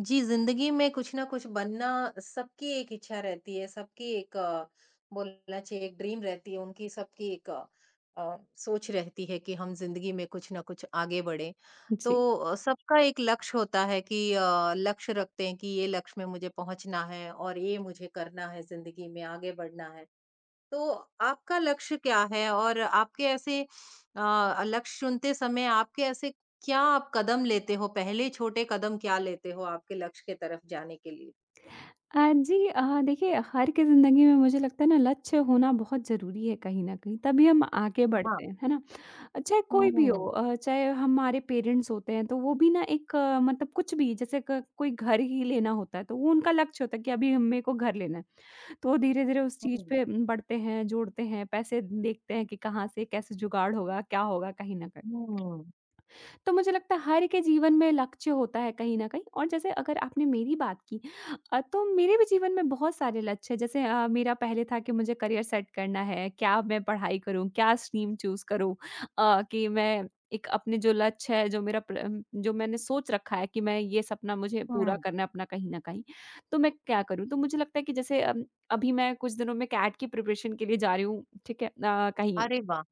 जी, ज़िंदगी में कुछ ना कुछ बनना सबकी एक इच्छा रहती है, सबकी एक बोलना चाहिए एक ड्रीम रहती है उनकी, सबकी एक अ, सोच रहती है कि हम ज़िंदगी में कुछ ना कुछ आगे बढ़ें। जी। तो सबका एक लक्ष्य होता है कि लक्ष्य रखते हैं कि ये लक्ष्य में मुझे पहुँचना है और ये मुझे करना है ज़िंदगी में, आगे बढ़ना है। तो आपका लक्ष्य क्या है? और आपके ऐसे लक्ष्य चुनते समय आपके ऐसे क्या आप कदम लेते हो? पहले छोटे कदम क्या लेते हो आपके लक्ष्य की तरफ जाने के लिए? जी देखिए हर की ज़िंदगी में मुझे लगता है ना लक्ष्य होना बहुत ज़रूरी है कहीं न कहीं, तभी हम आगे हाँ। बढ़ते हैं, है ना? चाहे कोई हुँ, हाँ। भी हो हुँ, चाहे हमारे पेरेंट्स होते हैं, तो वो भी ना एक मतलब कुछ भी जैसे क कोई घर ही लेना होता है, तो वो उनका लक्ष्य होता है कि अभी मेरे को घर लेना है। तो धीरे-धीरे उस चीज़ हुँ, पे बढ़ते हैं, जोड़ते हैं, पैसे देखते हैं कि कहाँ से कैसे जुगाड़ होगा, क्या होगा कहीं न कहीं। तो मुझे लगता है हर के जीवन में लक्ष्य होता है कहीं न कहीं और जैसे अगर आपने मेरी बात की तो मेरे भी जीवन में बहुत सारे लक्ष्य हैं। जैसे मेरा पहले था कि मुझे करियर सेट करना है, क्या मैं पढ़ाई करूँ, क्या स्ट्रीम चूज़ करूँ कि मैं एक अपने जो लक्ष्य है, जो मेरा जो मैंने सोच रखा है कि मैं ये सपना मुझे पूरा हुँ। करना है अपना कहीं न कहीं, तो मैं क्या करूँ? तो मुझे लगता है कि जैसे अभी मैं कुछ दिनों में कैट की प्रिपरेशन के लिए जा रही हूँ, ठीक है? अ, कहीं अरे वाह!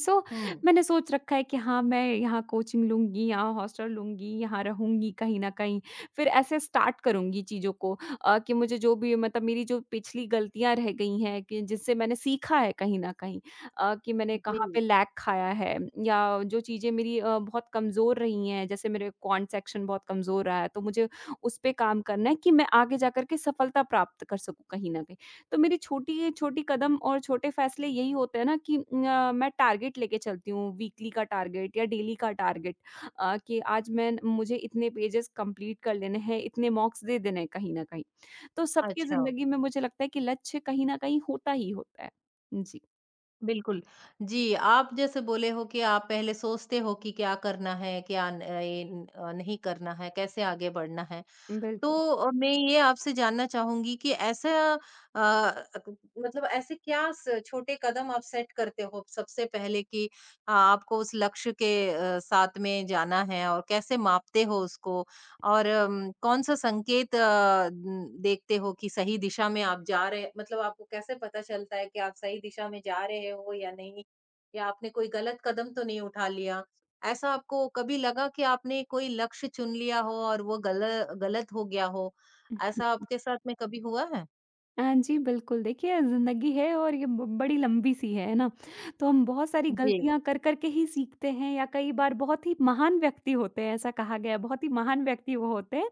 सो हुँ। मैंने सोच रखा है कि हाँ, मैं यहाँ कोचिंग लूँगी, यहाँ हॉस्टल लूँगी, यहाँ रहूँगी कहीं न कहीं। फिर ऐसे स्टार्ट करूँगी चीज़ों को कि मुझे जो भी मतलब मेरी जो पिछली गलतियाँ रह गई हैं कि जिससे मैंने सीखा है कहीं न कहीं कि मैंने कहाँ जी। पे लैग खाया है या जो चीज़ें मेरी बहुत कमज़ोर रही हैं, जैसे मेरे क्वांट सेक्शन बहुत कमज़ोर रहा है, तो मुझे उस पे काम करना है कि मैं आगे जाकर के सफलता प्राप्त कर सकूँ कहीं न कहीं। तो मेरी छोटी छोटी कदम और छोटे फ़ैसले यही होते हैं ना कि न, अ, मैं टारगेट लेके चलती हूँ, वीकली का टारगेट या डेली का टारगेट कि आज मैं मुझे इतने पेजेज़ कंप्लीट कर लेने हैं, इतने मॉक्स दे देने हैं कहीं न कहीं। तो सबकी अच्छा। ज़िंदगी में मुझे लगता है कि लक्ष्य कहीं न कहीं होता ही होता है। जी। बिल्कुल। जी, आप जैसे बोले हो कि आप पहले सोचते हो कि क्या करना है, क्या न ए, नहीं करना है, कैसे आगे बढ़ना है। तो बिल्कुल। मैं ये आपसे जानना चाहूँगी कि ऐसा अ, अक मतलब ऐसे क्या स छोटे कदम आप सेट करते हो सबसे पहले कि आपको उस लक्ष्य के साथ में जाना है और कैसे मापते हो उसको? और कौन-सा संकेत देखते हो कि सही दिशा में आप जा रहे मतलब आपको कैसे पता चलता है कि आप सही दिशा में जा रहे हो या नहीं? या आपने कोई गलत कदम तो नहीं उठा लिया? ऐसा आपको कभी लगा कि आपने कोई लक्ष्य चुन लिया हो और वो गल गलत हो गया हो, ऐसा आपके साथ में कभी हुआ है? हाँ जी, बिल्कुल। देखिए, ज़िंदगी है और ये ब बड़ी लंबी-सी है ना? तो हम बहुत सारी जी, गलतियाँ कर कर के ही सीखते हैं या कई बार बहुत ही महान व्यक्ति होते हैं, ऐसा कहा गया है। बहुत ही महान व्यक्ति वो होते हैं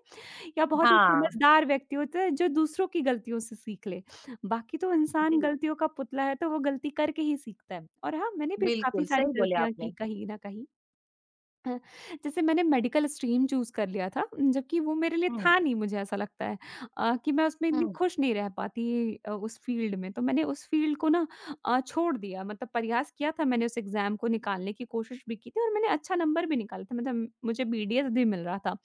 या बहुत ही हाँ, समझदार व्यक्ति होते हैं, जो दूसरों की गलतियों से सीख ले। बाकी तो इंसान जी, गलतियों का पुतला है, तो वो गलती करके ही सीखता है। और हाँ, मैंने भी काफ़ी बिल्कुल, सारी सही बोले गलतियाँ की आपने। कहीं न कहीं। अ, जैसे मैंने मेडिकल स्ट्रीम चूज़ कर लिया था, जबकि वो मेरे लिए हुँ, था नहीं, मुझे ऐसा लगता है कि मैं उसमें इतनी हुँ, खुश नहीं रह पाती उस फ़ील्ड में, तो मैंने उस फ़ील्ड को ना छोड़ दिया, मतलब प्रयास किया था, मैंने उस एग्ज़ाम को निकालने की कोशिश भी की थी और मैंने अच्छा नंबर भी निकाला था, मतलब मुझे बीडीएस भी मिल रहा था।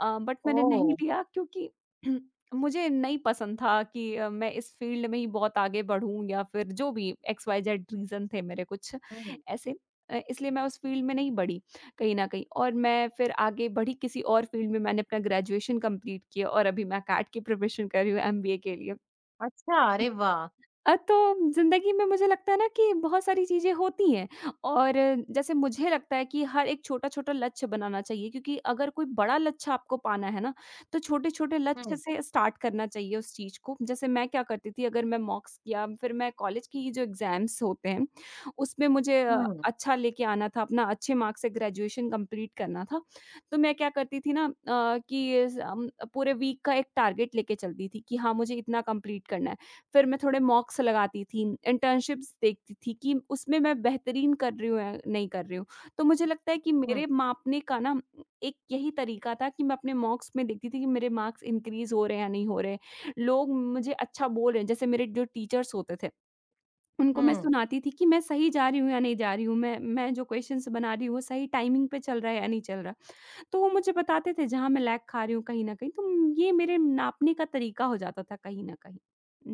बट मैंने नहीं ओह! लिया क्योंकि मुझे नहीं पसंद था कि मैं इस फील्ड में ही बहुत आगे बढ़ूँ या फिर जो भी XYZ रीज़न थे मेरे कुछ हुँ, ऐसे इसलिए मैं उस फील्ड में नहीं बढ़ी कहीं न कहीं और मैं फिर आगे बढ़ी किसी और फील्ड में, मैंने अपना ग्रेजुएशन कंप्लीट किया और अभी मैं कैट की प्रिपरेशन कर रही हूँ एमबीए के लिए। अच्छा, अरे वाह! तो ज़िंदगी में मुझे लगता है ना कि बहुत सारी चीज़ें होती हैं और जैसे मुझे लगता है कि हर एक छोटा-छोटा लक्ष्य बनाना चाहिए, क्योंकि अगर कोई बड़ा लक्ष्य आपको पाना है ना, तो छोटे-छोटे लक्ष्य हुँ, से स्टार्ट करना चाहिए उस चीज़ को। जैसे मैं क्या करती थी, अगर मैं मॉक्स या फिर मैं कॉलेज की जो एग्ज़ाम्स होते हैं, उसमें मुझे हुँ, अच्छा लेके आना था, अपना अच्छे मार्क्स से ग्रेजुएशन कंप्लीट करना था। तो मैं क्या करती थी ना कि अम, पूरे वीक का एक टारगेट लेके चलती थी कि हाँ, मुझे इतना कंप्लीट करना है। फिर मैं थोड़े मॉक्स लगाती थी, इंटर्नशिप्स देखती थी कि उसमें मैं बेहतरीन कर रही हूँ या नहीं कर रही हूँ। तो मुझे लगता है कि हुँ, मेरे मापने का ना एक यही तरीका था कि मैं अपने मॉक्स में देखती थी कि मेरे मार्क्स इंक्रीज़ हो रहे हैं या नहीं हो रहे हैं। लोग मुझे अच्छा बोल रहे हैं, जैसे मेरे जो टीचर्स होते थे, उनको मैं हुँ। सुनाती थी कि मैं सही जा रही हूँ या नहीं जा रही हूँ, मैं जो क्वेश्चन्स बना रही हूँ वो सही टाइमिंग पे चल रहा है या नहीं चल रहा। तो वो मुझे बताते थे जहाँ मैं लैग खा रही हूँ कहीं न कहीं, तो ये मेरे नापने का तरीका हो जाता था कहीं न कहीं।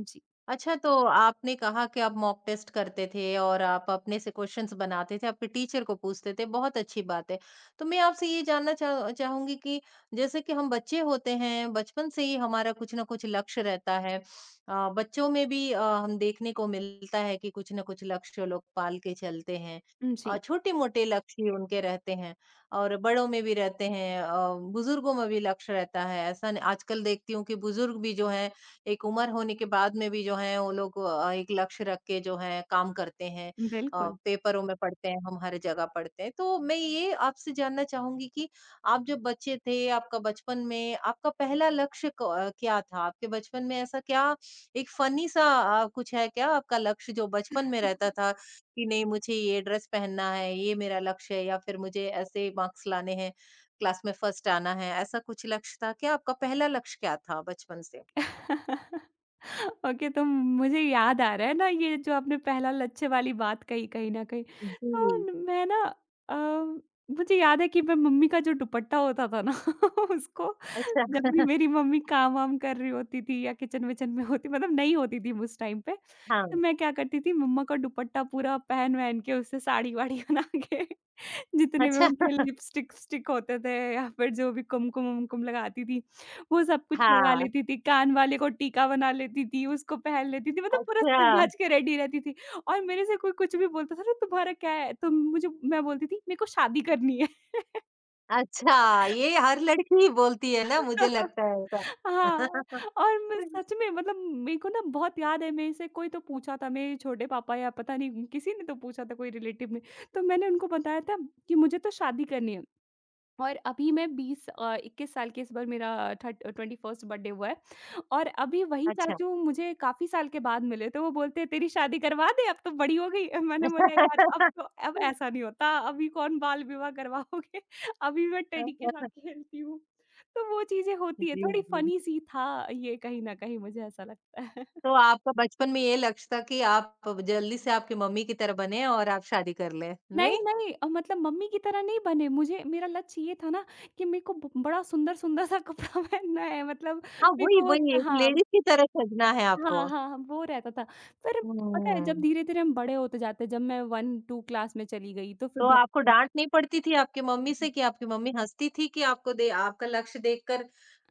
जी। अच्छा, तो आपने कहा कि आप मॉक टेस्ट करते थे और आप अपने से क्वेश्चंस बनाते थे, आपके टीचर को पूछते थे, बहुत अच्छी बात है। तो मैं आपसे ये जानना चाह चाहूँगी कि जैसे कि हम बच्चे होते हैं, बचपन से ही हमारा कुछ न कुछ लक्ष्य रहता है। बच्चों में भी हम देखने को मिलता है कि कुछ न कुछ लक्ष्य लोग पाल के चलते हैं। जी। छोटे-मोटे लक्ष्य ही उनके रहते हैं और बड़ों में भी रहते हैं, बुज़ुर्गों में भी लक्ष्य रहता है। ऐसा न आजकल देखती हूँ कि बुज़ुर्ग भी जो हैं एक उम्र होने के बाद में भी जो है वो लोग एक लक्ष्य रख के जो है काम करते हैं। अ, बिल्कुल। पेपरों में पढ़ते हैं, हम हर जगह पढ़ते हैं। तो मैं ये आपसे जानना चाहूँगी कि आप जब बच्चे थे, आपका बचपन में आपका पहला लक्ष्य क्या था? आपके बचपन में ऐसा क्या एक फ़नी सा कुछ है क्या आपका लक्ष्य जो बचपन में रहता था कि नहीं मुझे ये ड्रेस पहनना है, ये मेरा लक्ष्य है या फिर मुझे ऐसे मार्क्स लाने हैं, क्लास में फर्स्ट आना है, ऐसा कुछ लक्ष्य था क्या? आपका पहला लक्ष्य क्या था बचपन से? ओके, तो मुझे याद आ रहा है ना ये जो आपने पहला लच्छे वाली बात कही कहीं न कहीं। जी। तो अ, मुझे याद है कि मैं मम्मी का जो दुपट्टा होता था ना उसको, अच्छा, जब भी मेरी मम्मी काम-वाम कर रही होती थी या किचन-विचन में होती, मतलब नहीं होती थी उस टाइम पे, तो हाँ। मैं क्या करती थी मम्मा का दुपट्टा पूरा पहन-वहन के उससे साड़ी-वाड़ी बना के, जितने भी अच्छा, उनके लिपस्टिक स्टिक होते थे या फिर जो भी कुमकुम-वुमकुम लगाती थी, वो सब कुछ लगा हाँ। लेती थी। कान वाले को टीका बना लेती थी, उसको पहन लेती थी, मतलब पूरा अच्छा, सज-धज के रेडी रहती थी। और मेरे से कोई कुछ भी बोलता था ना, तुम्हारा क्या है? तो मुझे मैं बोलती थी, मेरे को शादी करनी है। अच्छा, ये हर लड़की ही बोलती है ना, मुझे लगता है ऐसा। हाँ, और मैं सच में, मतलब मेरे को ना बहुत याद है, मेरे से कोई तो पूछा था, मेरे छोटे पापा या पता नहीं किसी ने तो पूछा था, कोई रिलेटिव में, तो मैंने उनको बताया था कि मुझे तो शादी करनी है। और अभी मैं 21 साल की, इस बार मेरा थर्ट 21st बर्थडे हुआ है और अभी वही अच्छा। चाचू मुझे काफ़ी साल के बाद मिले, तो वो बोलते हैं, "तेरी शादी करवा दें, अब तो बड़ी हो गई है।" मैंने बोला, "यार अब ऐसा नहीं होता, अभी कौन बाल विवाह करवाओगे? अभी मैं टेडी के साथ खेलती हूँ।" तो वो चीज़ें होती हैं, जी, थोड़ी जी। फ़नी-सी था ये कहीं न कहीं, मुझे ऐसा लगता है। तो आपका बचपन में ये लक्ष्य था कि आप जल्दी से आपकी मम्मी की तरह बने और आप शादी कर लें, नहीं, नहीं? नहीं, मतलब मम्मी की तरह नहीं बने, मुझे मेरा लक्ष्य ये था ना कि मेरे को ब बड़ा सुंदर-सुंदर सा कपड़ा पहनना है, मतलब हाँ, मेरे वही, को वही स एक हाँ। लेडीज़ की तरह सजना है हाँ, आपको। हाँ, हाँ, वो रहता था। पर पता है हुँ। जब धीरे-धीरे हम बड़े होते जाते हैं, जब मैं 1-2 क्लास में चली गई तो फिर तो आपको डॉक्टर। डाँट नहीं पड़ती थी आपकी मम्मी से कि आपकी मम्मी हँसती थी कि आपको दे आपका लक्ष्य देखकर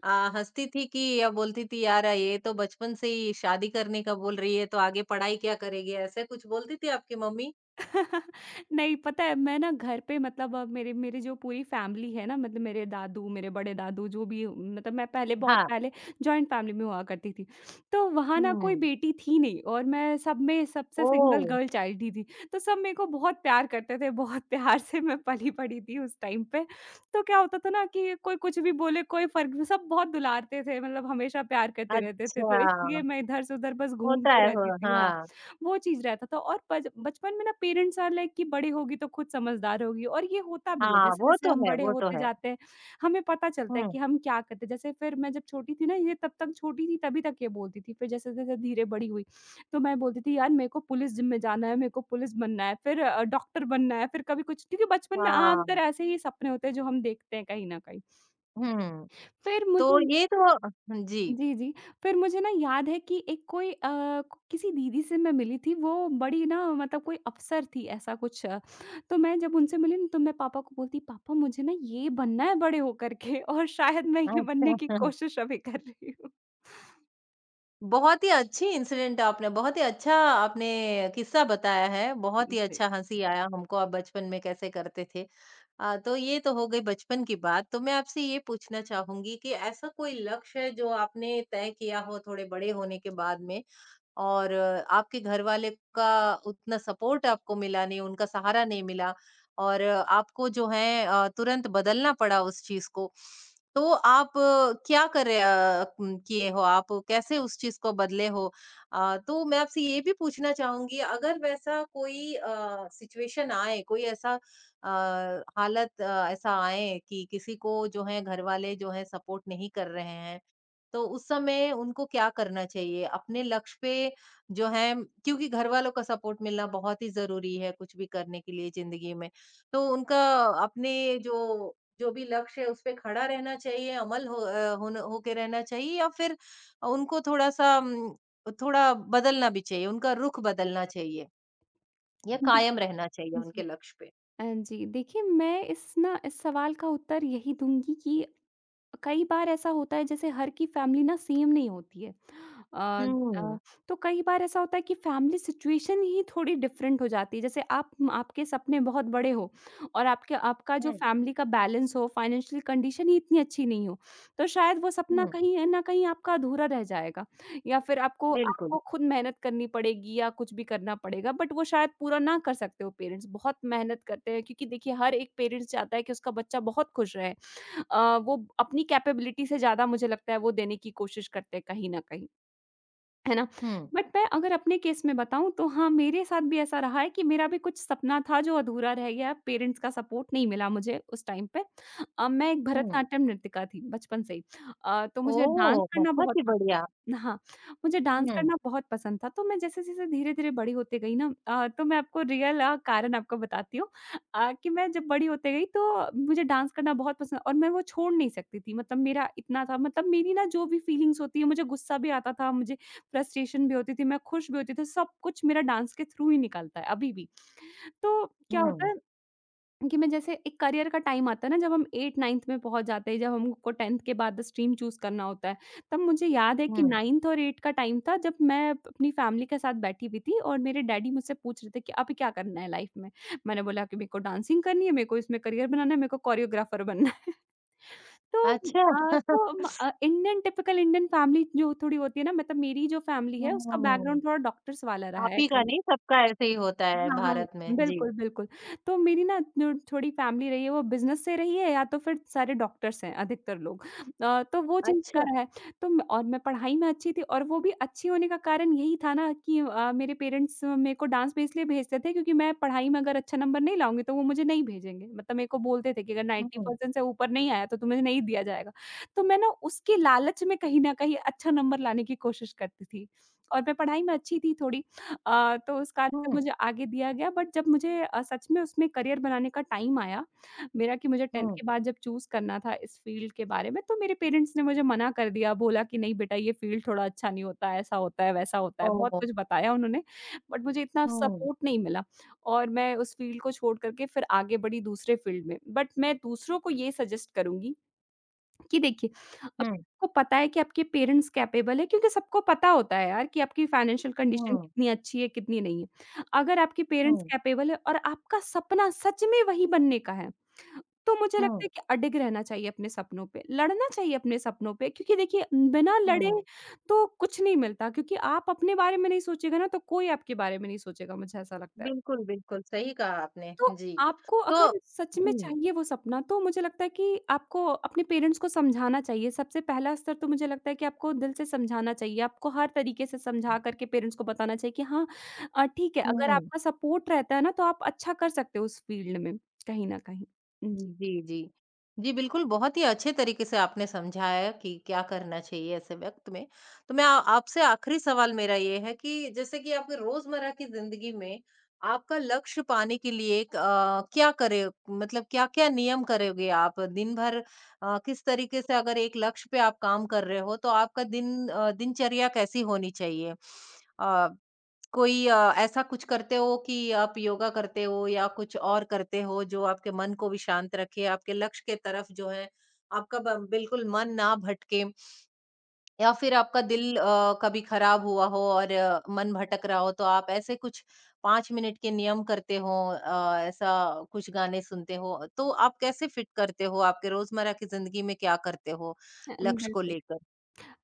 अ, हँसती थी कि या बोलती थी यार ये तो बचपन से ही शादी करने का बोल रही है तो आगे पढ़ाई क्या करेगी? ऐसा कुछ बोलती थी आपकी मम्मी? नहीं, पता है मैं ना घर पे, मतलब मेरे मेरी जो पूरी फैमिली है ना, मतलब मेरे दादू, मेरे बड़े दादू, जो भी, मतलब मैं पहले, बहुत हाँ। पहले जॉइंट फैमिली में हुआ करती थी, तो वहाँ ना कोई हुँ। बेटी थी नहीं और मैं सब में सबसे ओह! सिंगल गर्ल चाइल्ड ही थी, तो सब मेरे को बहुत प्यार करते थे, बहुत प्यार से मैं पली बड़ी थी उस टाइम पे, तो क्या होता था ना कि कोई कुछ भी बोले कोई फर्क नहीं- सब बहुत दुलारते थे, मतलब हमेशा प्यार करते रहते थे, अच्छा, तो इसलिए मैं इधर से उधर बस होता घूमते है हो रहती थी, हाँ। हाँ। वो चीज़ रहता था और बच बचपन में ना पेरेंट्स आर लाइक कि बड़ी होगी तो खुद समझदार होगी, और ये होता भी है। हाँ, वो जैसे-जैसे तो हम है, बड़े वो तो होते है। जाते हैं, हमें पता चलता है हुँ, कि हम क्या करते हैं। जैसे फिर मैं जब छोटी थी ना, ये तब तक छोटी थी तभी तक ये बोलती थी। फिर जैसे-जैसे धीरे बड़ी हुई, तो मैं बोलती थी, यार मेरे को पुलिस जिम में जाना है, मेरे को पुलिस बनना है, फिर डॉक्टर बनना है, फिर कभी कुछ, क्योंकि बचपन में आमतौर हाँ। ऐसे ही सपने होते हैं जो हम देखते हैं कहीं न कहीं। हुँ। फिर मुझे तो ये तो जी। जी, जी। फिर मुझे ना याद है कि एक कोई किसी दीदी से मैं मिली थी, वो बड़ी ना, मतलब कोई अफ़सर थी ऐसा कुछ। तो मैं जब उनसे मिली ना, तो मैं पापा को बोलती, "पापा, मुझे ना ये बनना है बड़े होकर के और शायद मैं ये बनने की अच्छा। कोशिश अभी कर रही हूँ।" बहुत ही अच्छी इंसिडेंट आपने बहुत ही अच्छा आपने किस्सा बताया है, बहुत ही जी। अच्छा हँसी आया हमको आप बचपन में कैसे करते थे। तो ये तो हो गई बचपन की बात, तो मैं आपसे ये पूछना चाहूँगी कि ऐसा कोई लक्ष्य है जो आपने तय किया हो थोड़े बड़े होने के बाद में और आपके घरवाले का उतना सपोर्ट आपको मिला नहीं, उनका सहारा नहीं मिला और आपको जो है तुरंत बदलना पड़ा उस चीज़ को। तो आप अ, क्या करे अ, उम, किए हो आप? कैसे उस चीज़ को बदले हो? तो मैं आपसे ये भी पूछना चाहूँगी अगर वैसा कोई सिचुएशन आए, कोई ऐसा हालत ऐसा आए कि किसी को जो है घरवाले जो है सपोर्ट नहीं कर रहे हैं तो उस समय उनको क्या करना चाहिए? अपने लक्ष्य पे जो है क्योंकि घरवालों का सपोर्ट मिलना बहुत ही ज़रूरी है, कुछ भी करने के लिए ज़िंदगी में। तो उनका अपने जो जो भी लक्ष्य है उस पे खड़ा रहना चाहिए, अमल हो अ, होन होके रहना चाहिए या फिर उनको थोड़ा-सा थोड़ा बदलना भी चाहिए, उनका रुख बदलना चाहिए या कायम रहना चाहिए जी, जी। उनके लक्ष्य पे? जी, देखिए, मैं इस सवाल का उत्तर यही दूँगी कि कई बार ऐसा होता है, जैसे हर की फैमिली ना सेम नहीं होती है। अ हुँ। अ, तो कई बार ऐसा होता है कि फैमिली सिचुएशन ही थोड़ी डिफरेंट हो जाती है। जैसे आप आपके सपने बहुत बड़े हो और आपके आपका जो हुँ। फैमिली का बैलेंस हो, फाइनेंशियल कंडीशन ही इतनी अच्छी नहीं हो, तो शायद वो सपना हुँ, कहीं न कहीं आपका अधूरा रह जाएगा या फिर आपको बिल्कुल। आपको खुद मेहनत करनी पड़ेगी या कुछ भी करना पड़ेगा, बट वो शायद पूरा ना कर सकते हो पेरेंट्स। बहुत मेहनत करते हैं, क्योंकि देखिए हर एक पेरेंट्स चाहता है कि उसका बच्चा बहुत खुश रहे। वो अपनी कैपेबिलिटी से ज़्यादा मुझे लगता है वो देने की कोशिश करते हैं कहीं न कहीं। है ना? हुँ, बट मैं अगर अपने केस में बताऊँ तो हाँ, मेरे साथ भी ऐसा रहा है कि मेरा भी कुछ सपना था जो अधूरा रह गया, पेरेंट्स का सपोर्ट नहीं मिला मुझे उस टाइम पे। मैं एक हुँ। भरतनाट्यम नृत्यिका थी बचपन से ही। तो मुझे डांस ओह! करना बहुत बहुत ही पसंद। बढ़िया। हाँ, मुझे डांस हुँ, करना बहुत पसंद था, तो मैं जैसे-जैसे धीरे-धीरे बड़ी होते गई ना। तो मैं कारण आपको बताती हूँ। कि मैं जब बड़ी होते गई तो मुझे डांस करना बहुत पसंद और मैं वो छोड़ नहीं सकती थी। मतलब मेरा इतना था, मतलब मेरी ना जो भी फीलिंग्स होती है, मुझे गुस्सा भी आता था, मुझे फ्रस्ट्रेशन भी होती थी, मैं खुश भी होती थी, सब कुछ मेरा डांस के थ्रू ही निकलता है अभी भी। तो क्या होता हुँ, है कि मैं जैसे एक करियर का टाइम आता है ना जब हम 8-9th में पहुँच जाते हैं, जब हमको 10th के बाद स्ट्रीम चूज़ करना होता है, तब मुझे याद है कि हुँ। 9th और 8 का टाइम था जब मैं अप अपनी फैमिली के साथ बैठी हुई थी और मेरे डैडी मुझसे पूछ रहे थे कि अभी क्या करना है लाइफ में? मैंने बोला कि मेरे को डांसिंग करनी है, मेरे को इसमें करियर बनाना है, मेरे को कोरियोग्राफर बनना है। तो अच्छा। अ, तो म अ, इंडियन टिपिकल इंडियन फैमिली जो थोड़ी होती है ना, मतलब मेरी जो फैमिली है उसका हुँ। बैकग्राउंड थोड़ा डॉक्टर्स वाला रहा आप है ही का कहीं। नहीं सबका ऐसे ही होता है हाँ, हाँ। भारत हाँ, में। जी। बिल्कुल, बिल्कुल। तो मेरी ना जो थोड़ी फैमिली रही है वो बिज़नेस से रही है या तो फिर सारे डॉक्टर्स हैं अधिकतर लोग। तो वो चीज़ का अच्छा। रहा है। तो म और मैं पढ़ाई में अच्छी थी और वो भी अच्छी होने का कारण यही था ना कि मेरे पेरेंट्स मेरे को डांस पे इसलिए भेजते थे क्योंकि मैं पढ़ाई में अगर अच्छा नंबर नहीं लाऊँगी तो वो मुझे नहीं भेजेंगे। मतलब मेरे को बोलते थे कि अगर हुँ, 90% से ऊपर नहीं आया तो तुम्हें नहीं दिया जाएगा। तो मैं ना उसके लालच में कहीं न कहीं अच्छा नंबर लाने की कोशिश करती थी। और मैं पढ़ाई में अच्छी थी थोड़ी। तो उस कारण से हुँ, मुझे आगे दिया गया, बट जब मुझे सच में उसमें करियर बनाने का टाइम आया मेरा, कि मुझे 10th हुँ। के बाद जब चूज़ करना था इस फ़ील्ड के बारे में, तो मेरे पेरेंट्स ने मुझे मना कर दिया, बोला कि नहीं बेटा ये फ़ील्ड थोड़ा अच्छा नहीं होता है, ऐसा होता है, वैसा होता है, बहुत ओह! कुछ बताया उन्होंने। बट मुझे इतना हुँ, सपोर्ट नहीं मिला और मैं उस फ़ील्ड को छोड़ कर के फिर आगे बढ़ी दूसरे फ़ील्ड में। बट मैं दूसरों को ये सजेस्ट करूँगी कि देखिए, अब हुँ, आपको पता है कि आपके पेरेंट्स कैपेबल है, क्योंकि सबको पता होता है यार कि आपकी फाइनेंशियल कंडीशन हुँ, कितनी अच्छी है, कितनी नहीं है। अगर आपके पेरेंट्स हुँ, कैपेबल है और आपका सपना सच में वही बनने का है, तो मुझे लगता हुँ, है कि अडिग रहना चाहिए अपने सपनों पे, लड़ना चाहिए अपने सपनों पे, क्योंकि देखिए बिना लड़े हुँ। तो कुछ नहीं मिलता, क्योंकि आप अपने बारे में नहीं सोचिएगा ना तो कोई आपके बारे में नहीं सोचेगा, मुझे ऐसा लगता है। बिल्कुल, बिल्कुल सही कहा आपने। तो जी। आपको तो अगर सच में हुँ, चाहिए वो सपना, तो मुझे लगता है कि आपको अपने पेरेंट्स को समझाना चाहिए। सबसे पहला स्तर तो मुझे लगता है कि आपको दिल से समझाना चाहिए। आपको हर तरीके से समझा कर के पेरेंट्स को बताना चाहिए कि हाँ, ठीक है, अगर हुँ। आपका सपोर्ट रहता है ना, तो आप अच्छा कर सकते हो उस फ़ील्ड में कहीं न कहीं। हुँ, जी। जी, जी। जी, बिल्कुल, बहुत ही अच्छे तरीके से आपने समझाया कि क्या करना चाहिए ऐसे वक़्त में। तो मैं आ आपसे आखिरी सवाल मेरा ये है कि जैसे कि आपके रोज़मर्रा की ज़िंदगी में आपका लक्ष्य पाने के लिए क्या करे मतलब क्या-क्या नियम करोगे आप? दिन भर किस तरीके से अगर एक लक्ष्य पे आप काम कर रहे हो, तो आपका दिनचर्या कैसी होनी चाहिए? अ कोई ऐसा कुछ करते हो कि आप योगा करते हो या कुछ और करते हो जो आपके मन को भी शांत रखे, आपके लक्ष्य के तरफ जो है आपका ब बिल्कुल मन ना भटके या फिर आपका दिल कभी खराब हुआ हो और मन भटक रहा हो तो आप ऐसे कुछ 5 मिनट के नियम करते हो ऐसा कुछ गाने सुनते हो, तो आप कैसे फिट करते हो? आपके रोज़मर्रा की ज़िंदगी में क्या करते हो लक्ष्य को बिल्कुल। लेकर?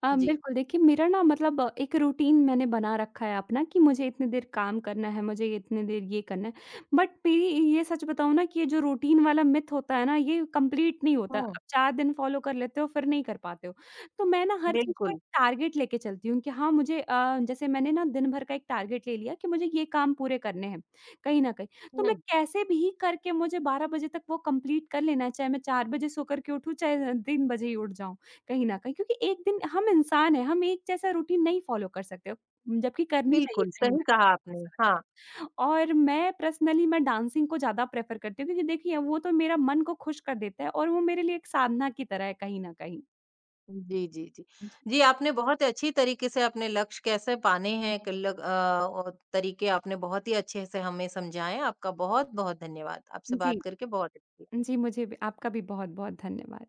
जी। बिल्कुल, देखिए मेरा ना मतलब एक रूटीन मैंने बना रखा है अपना, कि मुझे इतनी देर काम करना है, मुझे इतनी देर ये करना है। बट मेरी, ये सच बताऊँ ना कि ये जो रूटीन वाला मिथ होता है ना, ये कंप्लीट नहीं होता है। हुँ। आप 4 दिन फॉलो कर लेते हो, फिर नहीं कर पाते हो। तो मैं ना हर चीज़ को एक बिल्कुल। टारगेट लेके चलती हूँ, कि हाँ, मुझे जैसे मैंने ना दिन भर का एक टारगेट ले लिया कि मुझे ये काम पूरे करने हैं, कहीं न कहीं। तो मैं हुँ। कैसे भी करके मुझे 12 बजे तक वो कंप्लीट कर लेना है, चाहे मैं 4 बजे सो कर के उठूँ, चाहे 3 बजे ही उठ जाऊँ। कहीं न कहीं, क्योंकि एक दिन हम इंसान हैं, हम एक जैसा रूटीन नहीं फ़ॉलो कर सकते हो, जबकि करनी चाहिए बिल्कुल, कहीं न सही कहीं। कहा आपने। हाँ। और मैं पर्सनली मैं डांसिंग को ज़्यादा प्रेफ़र करती हूँ, क्योंकि देखिए वो तो मेरा मन को खुश कर देता है और वो मेरे लिए एक साधना की तरह है कहीं न कहीं। जी, जी, जी। जी, जी, आपने बहुत अच्छी तरीके से अपने लक्ष्य कैसे पाने हैं और तरीके आपने बहुत ही अच्छे से हमें समझाएँ। आपका बहुत-बहुत धन्यवाद। आपसे जी बात करके बहुत अच्छी जी, मुझे भी, आपका भी बहुत-बहुत धन्यवाद।